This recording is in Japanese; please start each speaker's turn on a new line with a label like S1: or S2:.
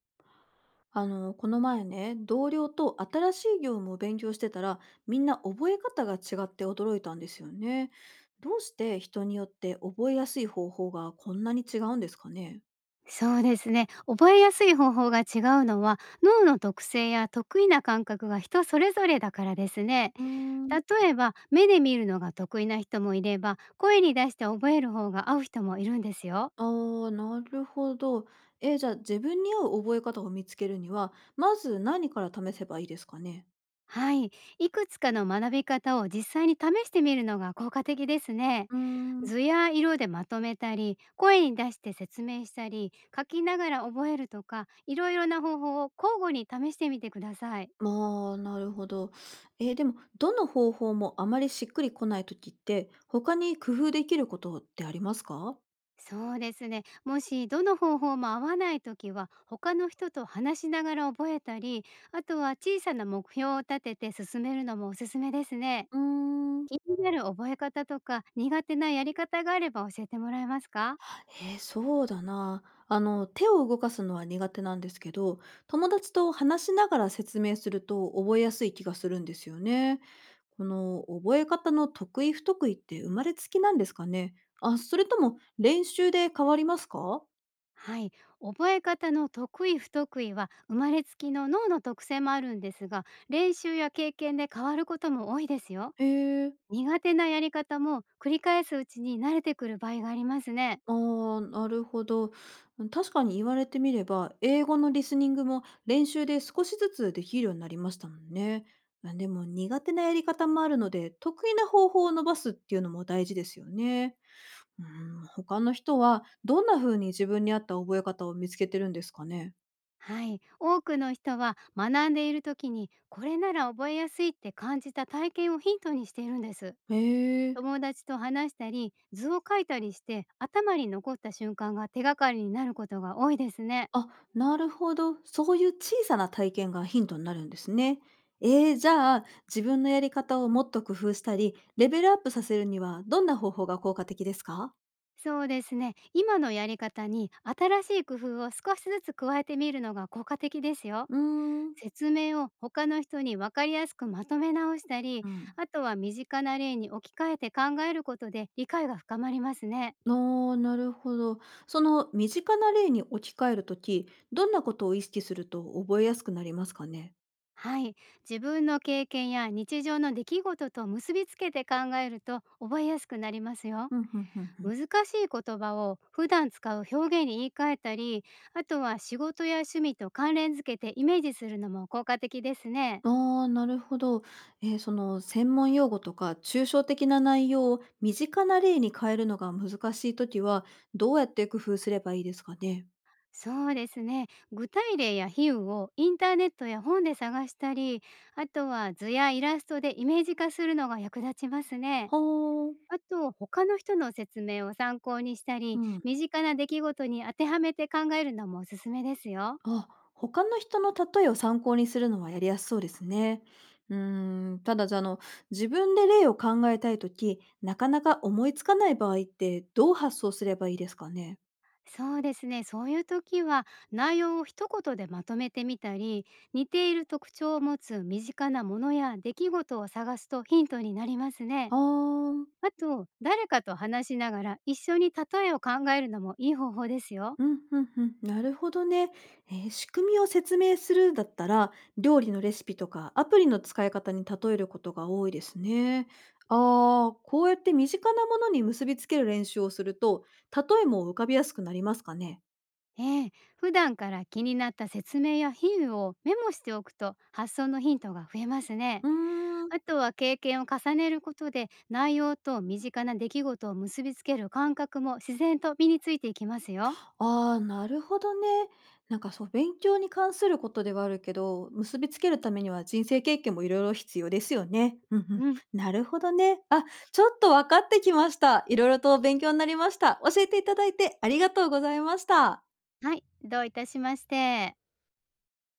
S1: この前ね、同僚と新しい業務を勉強してたら、みんな覚え方が違って驚いたんですよね。どうして人によって覚えやすい方法がこんなに違うんですかね？
S2: そうですね。覚えやすい方法が違うのは、脳の特性や得意な感覚が人それぞれだからですね。
S1: うーん。
S2: 例えば、目で見るのが得意な人もいれば、声に出して覚える方が合う人もいるんですよ。
S1: あー、なるほど。じゃあ自分に合う覚え方を見つけるには、まず何から試せばいいですかね？
S2: はい。いくつかの学び方を実際に試してみるのが効果的ですね。
S1: うーん、
S2: 図や色でまとめたり、声に出して説明したり、書きながら覚えるとか、いろいろな方法を交互に試してみてください。
S1: まあ、なるほど。でも、どの方法もあまりしっくりこないときって、他に工夫できることってありますか？
S2: そうですね。もしどの方法も合わないときは、他の人と話しながら覚えたり、あとは小さな目標を立てて進めるのもおすすめですね。
S1: うーん。
S2: 気になる覚え方とか苦手なやり方があれば教えてもらえますか？
S1: ええ、そうだな。手を動かすのは苦手なんですけど、友達と話しながら説明すると覚えやすい気がするんですよね。この覚え方の得意不得意って生まれつきなんですかね。あ、それとも練習で変わりますか？
S2: はい。覚え方の得意不得意は生まれつきの脳の特性もあるんですが、練習や経験で変わることも多いですよ。
S1: へえ。
S2: 苦手なやり方も繰り返すうちに慣れてくる場合がありますね。
S1: ああ、なるほど。うん、確かに言われてみれば、英語のリスニングも練習で少しずつできるようになりましたもんね。まあでも苦手なやり方もあるので、得意な方法を伸ばすっていうのも大事ですよね。うん、他の人はどんな風に自分に合った覚え方を見つけてるんですかね？
S2: はい、多くの人は学んでいる時にこれなら覚えやすいって感じた体験をヒントにしているんです。
S1: へえ。
S2: 友達と話したり図を描いたりして頭に残った瞬間が手がかりになることが多いですね。
S1: あ、なるほど。そういう小さな体験がヒントになるんですね。じゃあ、自分のやり方をもっと工夫したり、レベルアップさせるには、どんな方法が効果的ですか？
S2: そうですね。今のやり方に新しい工夫を少しずつ加えてみるのが効果的ですよ。
S1: うーん、
S2: 説明を他の人に分かりやすくまとめ直したり、
S1: うん。
S2: あとは身近な例に置き換えて考えることで理解が深まりますね。
S1: ああ、なるほど。その身近な例に置き換えるとき、どんなことを意識すると覚えやすくなりますかね？
S2: はい、自分の経験や日常の出来事と結びつけて考えると覚えやすくなりますよ。
S1: うん、うん、うん、うん。
S2: 難しい言葉を普段使う表現に言い換えたり、あとは仕事や趣味と関連づけてイメージするのも効果的ですね。
S1: ああ、なるほど。その専門用語とか抽象的な内容を身近な例に変えるのが難しいときは、どうやって工夫すればいいですかね？
S2: そうですね。具体例や比喩をインターネットや本で探したり、あとは図やイラストでイメージ化するのが役立ちますね。
S1: ほー。
S2: あと、他の人の説明を参考にした
S1: う
S2: り、
S1: ん。
S2: 身近な出来事に当てはめて考えるのもおすすめですよ。
S1: あ、他の人の例えを参考にするのはやりやすそうですね。うーん、ただじゃ自分で例を考えたいときなかなか思いつかない場合ってどう発想すればいいですかね？
S2: そうですね。そういう時は、内容を一言でまとめてみたり、似ている特徴を持つ身近なものや出来事を探すとヒントになりますね。
S1: ああ。
S2: あと、誰かと話しながら一緒に例えを考えるのもいい方法ですよ。
S1: うん、うんうん、なるほどね。仕組みを説明するだったら、料理のレシピとかアプリの使い方に例えることが多いですね。ああ、こうやって身近なものに結びつける練習をすると、例えも浮かびやすくなりますかね？
S2: ええ、普段から気になった説明や比喩をメモしておくと発想のヒントが増えますね。
S1: うーん。
S2: あとは経験を重ねることで内容と身近な出来事を結びつける感覚も自然と身についていきますよ。
S1: ああ、なるほどね。なんかそう、勉強に関することではあるけど、結びつけるためには人生経験もいろいろ必要ですよね。うんうん。
S2: うん。
S1: なるほどね。あ、ちょっと分かってきました。いろいろと勉強になりました。教えていただいてありがとうございました。
S2: はい、どういたしまして。